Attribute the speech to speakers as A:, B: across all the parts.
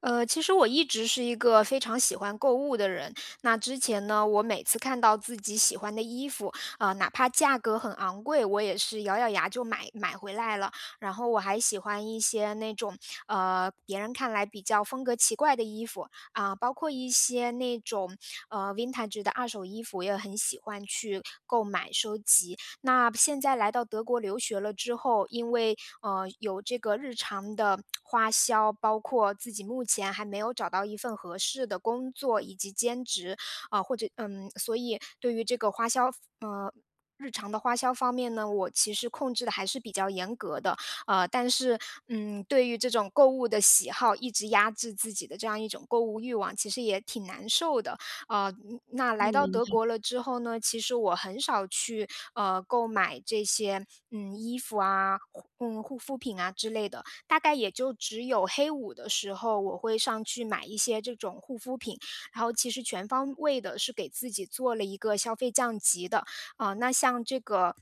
A: 其实我一直是一个非常喜欢购物的人。那之前呢，我每次看到自己喜欢的衣服，啊，哪怕价格很昂贵，我也是咬咬牙就买回来了。然后我还喜欢一些那种别人看来比较风格奇怪的衣服啊、包括一些那种vintage 的二手衣服，我也很喜欢去购买收集。那现在来到德国留学了之后，因为有这个日常的花销，包括自己目前还没有找到一份合适的工作以及兼职，啊、或者所以对于这个花销。呃。日常的花销方面呢，我其实控制的还是比较严格的，但是，对于这种购物的喜好，一直压制自己的这样一种购物欲望，其实也挺难受的。那
B: 嗯，
A: 来到
B: 明
A: 德
B: 白，
A: 国了之后呢，其实我很少去购买这些衣服啊、护肤品啊之类的，大概也就只有黑五的时候我会上去买一些这种护肤品，然后其实全方位的是给自己做了一个消费降级的啊、那像这个。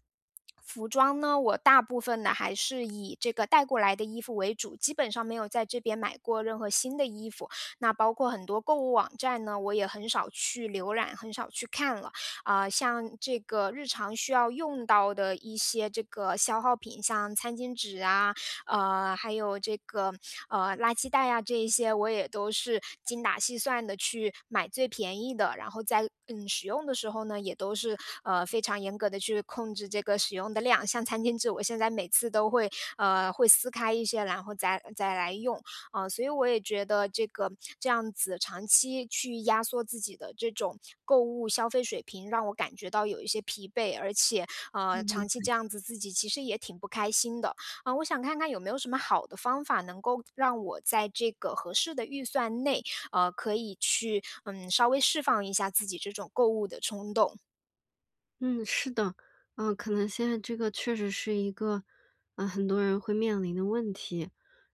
A: 服装呢，我大部分呢还是以这个带过来的衣服为主，基本上没有在这边买过任何新的衣服。那包括很多购物网站呢，我也很少去浏览，很少去看了。啊、像这个日常需要用到的一些这个消耗品，像餐巾纸啊，还有这个垃圾袋啊这一些，我也都是精打细算的去买最便宜的，然后在使用的时候呢，也都是非常严格的去控制这个使用的量。像餐巾纸，我现在每次都会撕开一些，然后再来用。啊，所以我也觉得这个这样子长期去压缩自己的这种购物消费水平，让我感觉到有一些疲惫，而且
B: 嗯明
A: 长期这样子自己其实也挺不开心的。啊，我想看看有没有什么好的方法能够让我在这个合适的预算内，可以去稍微释放一下自己这种购物的冲动。
B: 嗯，是的，可能现在这个确实是一个，很多人会面临的问题。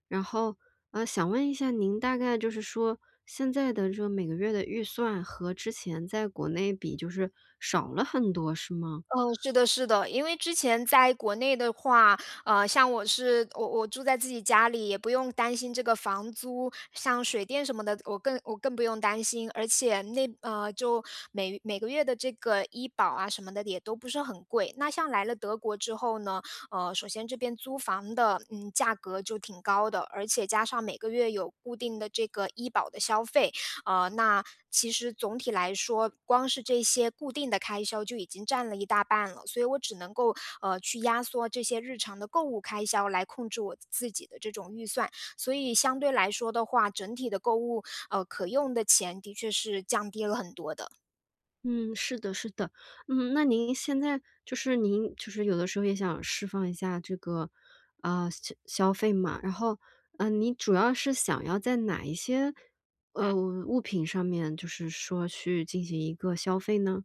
B: 然后，想问一下您，大概就是说现在的这个每个月的预算和之前在国内比，就是少了很多，是吗？
A: 嗯，是的，是的，因为之前在国内的话，像我是我我住在自己家里，也不用担心这个房租，像水电什么的，我更不用担心，而且那就每个月的这个医保啊什么的也都不是很贵。那像来了德国之后呢，首先这边租房的价格就挺高的，而且加上每个月有固定的这个医保的消费，那其实总体来说，光是这些固定的开销就已经占了一大半了，所以我只能够去压缩这些日常的购物开销来控制我自己的这种预算，所以相对来说的话，整体的购物可用的钱的确是降低了很多的。
B: 嗯，是的，是的。嗯，那您现在就是有的时候也想释放一下这个，啊，消费嘛，然后，嗯，你主要是想要在哪一些，物品上面，就是说去进行一个消费呢？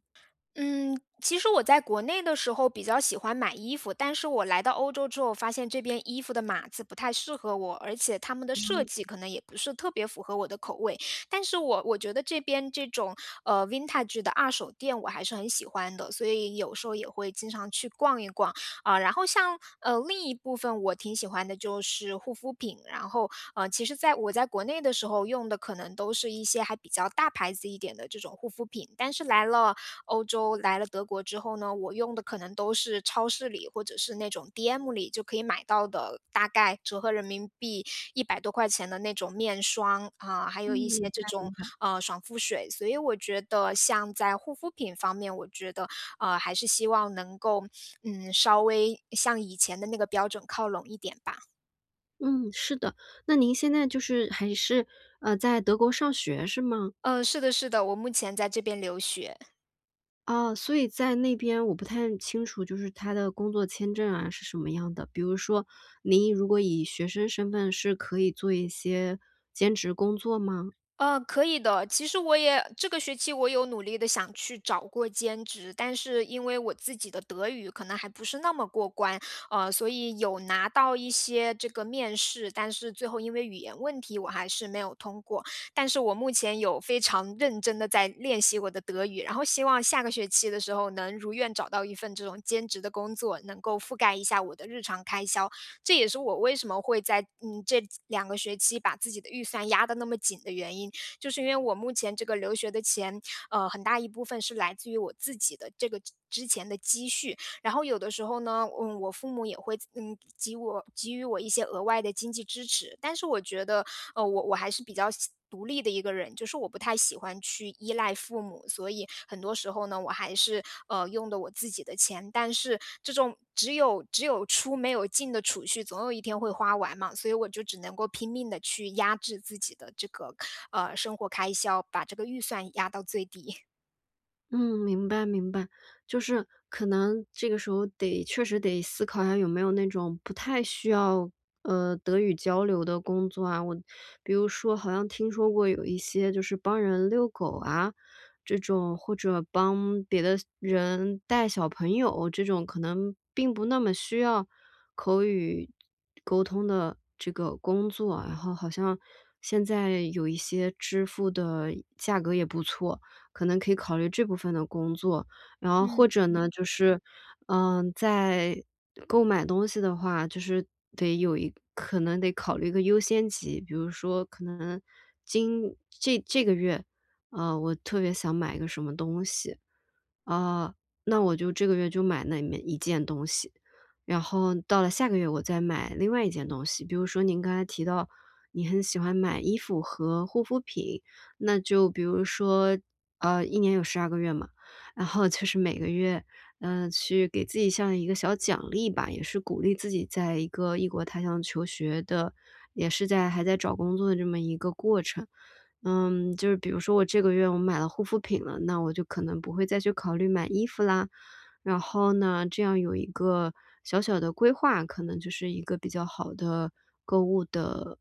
A: 嗯，其实我在国内的时候比较喜欢买衣服，但是我来到欧洲之后，发现这边衣服的码子不太适合我，而且他们的设计可能也不是特别符合我的口味。但是我觉得这边这种vintage 的二手店我还是很喜欢的，所以有时候也会经常去逛一逛啊、然后像另一部分我挺喜欢的就是护肤品，然后其实在国内的时候用的可能都是一些还比较大牌子一点的这种护肤品，但是欧洲来了德国之后呢，我用的可能都是超市里或者是那种 DM 里就可以买到的，大概折合人民币一百多块钱的那种面霜啊，还有一些
B: 嗯，
A: 这种，爽肤水。所以我觉得像在护肤品方面，我觉得，还是希望能够，稍微向以前的那个标准靠拢一点吧。
B: 嗯，是的。那您现在就是还是，在德国上学是吗？
A: 嗯，是的是的，我目前在这边留学。
B: 哦，所以在那边我不太清楚，就是他的工作签证啊是什么样的。比如说，您如果以学生身份是可以做一些兼职工作吗？
A: 可以的。其实这个学期我有努力的想去找过兼职，但是因为我自己的德语可能还不是那么过关，所以有拿到一些这个面试，但是最后因为语言问题我还是没有通过。但是我目前有非常认真的在练习我的德语，然后希望下个学期的时候能如愿找到一份这种兼职的工作，能够覆盖一下我的日常开销。这也是我为什么会在，这两个学期把自己的预算压得那么紧的原因。就是因为我目前这个留学的钱，很大一部分是来自于我自己的这个之前的积蓄。然后有的时候呢，我父母也会给予我一些额外的经济支持，但是我觉得，我还是比较喜独立的一个人，就是我不太喜欢去依赖父母，所以很多时候呢，我还是用的我自己的钱，但是这种只有出没有进的储蓄，总有一天会花完嘛，所以我就只能够拼命的去压制自己的这个生活开销，把这个预算压到最低。
B: 嗯，明白明白，就是可能这个时候确实得思考一下有没有那种不太需要，德语交流的工作啊。我比如说好像听说过有一些就是帮人遛狗啊，这种或者帮别的人带小朋友，这种可能并不那么需要口语沟通的这个工作啊，然后好像现在有一些支付的价格也不错。可能可以考虑这部分的工作。然后
A: 嗯
B: 或者呢，就是，嗯，在购买东西的话，就是得有一可能得考虑一个优先级，比如说可能这个月，我特别想买个什么东西，啊，那我就这个月就买那里面一件东西，然后到了下个月我再买另外一件东西。比如说您刚才提到你很喜欢买衣服和护肤品，那就比如说一年有十二个月嘛，然后就是每个月，嗯，去给自己像一个小奖励吧，也是鼓励自己在一个异国他乡求学的，也是在还在找工作的这么一个过程。嗯，就是比如说我这个月我买了护肤品了，那我就可能不会再去考虑买衣服啦，然后呢，这样有一个小小的规划，可能就是一个比较好的购物的。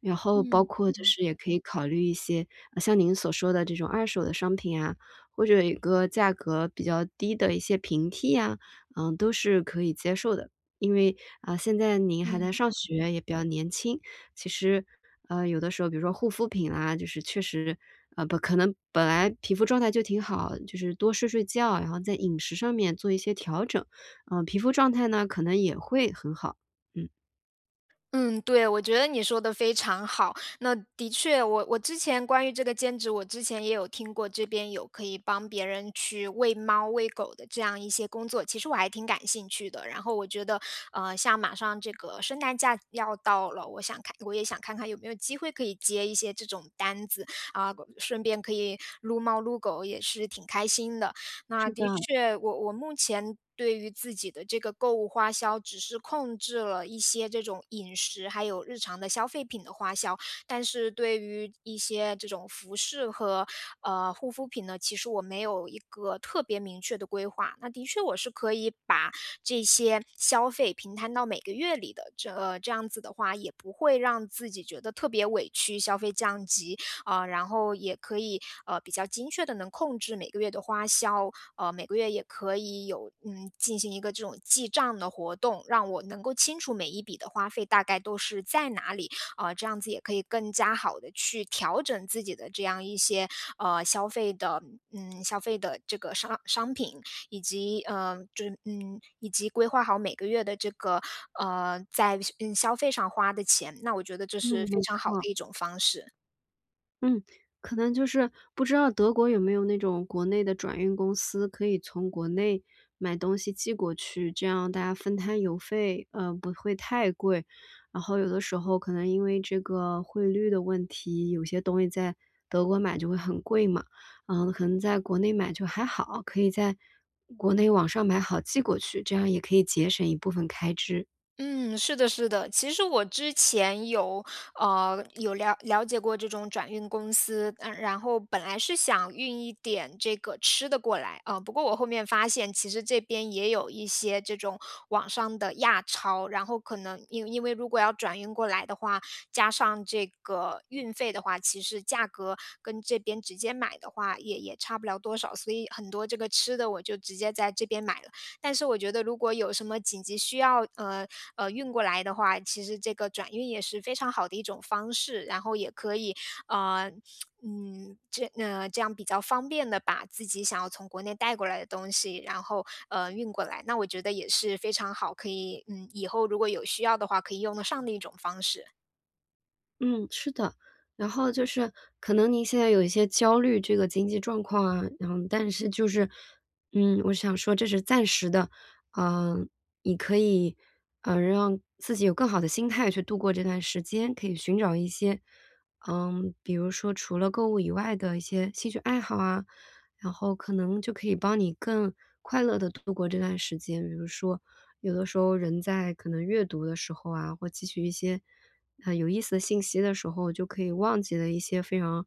B: 然后包
A: 嗯
B: 括就是也可以考虑一些，像您所说的这种二手的商品啊，或者一个价格比较低的一些平替呀，嗯，都是可以接受的。因为，啊，现在您还在
A: 嗯。
B: 上学，也比较年轻，其实，有的时候比如说护肤品啦，就是确实，不可能本来皮肤状态就挺好，就是多睡睡觉，然后在饮食上面做一些调整，嗯，皮肤状态呢，可能也会很好。嗯，
A: 嗯，对，我觉得你说的非常好。那的确，我之前关于这个兼职，我之前也有听过，这边有可以帮别人去喂猫喂狗的这样一些工作，其实我还挺感兴趣的。然后我觉得，像马上这个圣诞假要到了，我也想看看有没有机会可以接一些这种单子啊，顺便可以撸猫撸狗，也是挺开心的。那
B: 是的，
A: 的确，我目前对于自己的这个购物花销，只是控制了一些这种饮食，还有日常的消费品的花销，但是对于一些这种服饰和护肤品呢，其实我没有一个特别明确的规划。那的确，我是可以把这些消费平摊到每个月里的，这样子的话，也不会让自己觉得特别委屈，消费降级。啊，然后也可以比较精确的能控制每个月的花销，每个月也可以进行一个这种记账的活动，让我能够清楚每一笔的花费大概都是在哪里，这样子也可以更加好的去调整自己的这样一些呃消费的消费的这个商品，以及呃就是嗯以及规划好每个月的这个在消费上花的钱，那我觉得这
B: 嗯，
A: 是
B: 没
A: 非常好
B: 错。
A: 的一种方式。
B: 嗯，可能就是不知道德国有没有那种国内的转运公司，可以从国内买东西寄过去，这样大家分摊邮费，不会太贵。然后有的时候可能因为这个汇率的问题，有些东西在德国买就会很贵嘛，嗯，可能在国内买就还好，可以在国内网上买好寄过去，这样也可以节省一部分开支。
A: 嗯，是的，是的。其实我之前有了解过这种转运公司，嗯，然后本来是想运一点这个吃的过来，不过我后面发现其实这边也有一些这种网上的亚超，然后可能因为如果要转运过来的话，加上这个运费的话，其实价格跟这边直接买的话也差不了多少，所以很多这个吃的我就直接在这边买了。但是我觉得如果有什么紧急需要，运过来的话，其实这个转运也是非常好的一种方式，然后也可以，呃，这样比较方便的把自己想要从国内带过来的东西，然后运过来，那我觉得也是非常好，可以，以后如果有需要的话，可以用得上的一种方式。
B: 嗯，是的。然后就是可能您现在有一些焦虑这个经济状况啊，然后但是就是，嗯，我想说这是暂时的，嗯，你可以，让自己有更好的心态去度过这段时间，可以寻找一些，嗯，比如说除了购物以外的一些兴趣爱好啊，然后可能就可以帮你更快乐的度过这段时间。比如说，有的时候人在可能阅读的时候啊，或汲取一些有意思的信息的时候，就可以忘记了一些非常，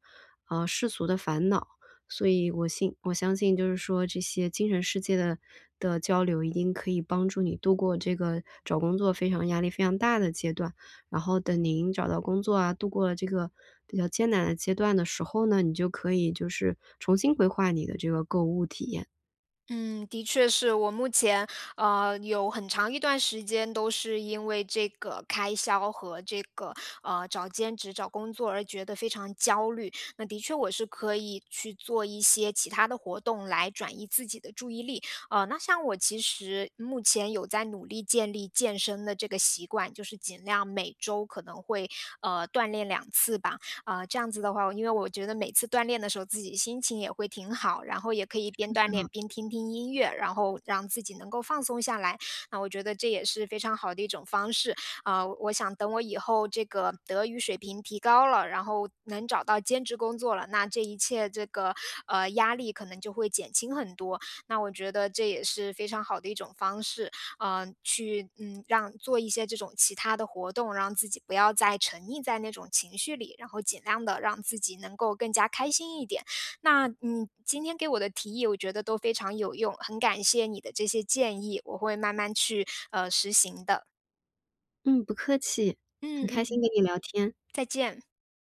B: 世俗的烦恼。所以我相信就是说这些精神世界的交流，一定可以帮助你度过这个找工作非常压力非常大的阶段。然后等您找到工作啊，度过了这个比较艰难的阶段的时候呢，你就可以就是重新规划你的这个购物体验。
A: 嗯，的确是我目前有很长一段时间都是因为这个开销和这个找兼职、找工作而觉得非常焦虑。那的确，我是可以去做一些其他的活动来转移自己的注意力。那像我其实目前有在努力建立健身的这个习惯，就是尽量每周可能会锻炼两次吧。啊，这样子的话，因为我觉得每次锻炼的时候自己心情也会挺好，然后也可以边锻炼边听听音乐，然后让自己能够放松下来。那我觉得这也是非常好的一种方式。啊、我想等我以后这个德语水平提高了，然后能找到兼职工作了，那这一切这个压力可能就会减轻很多。那我觉得这也是非常好的一种方式。让做一些这种其他的活动，让自己不要再沉溺在那种情绪里，然后尽量的让自己能够更加开心一点。那你今天给我的提议，我觉得都非常有用，很感谢你的这些建议，我会慢慢去，实行的。
B: 嗯，不客气，
A: 嗯
B: 很开心
A: 嗯，
B: 跟你聊天。
A: 再见。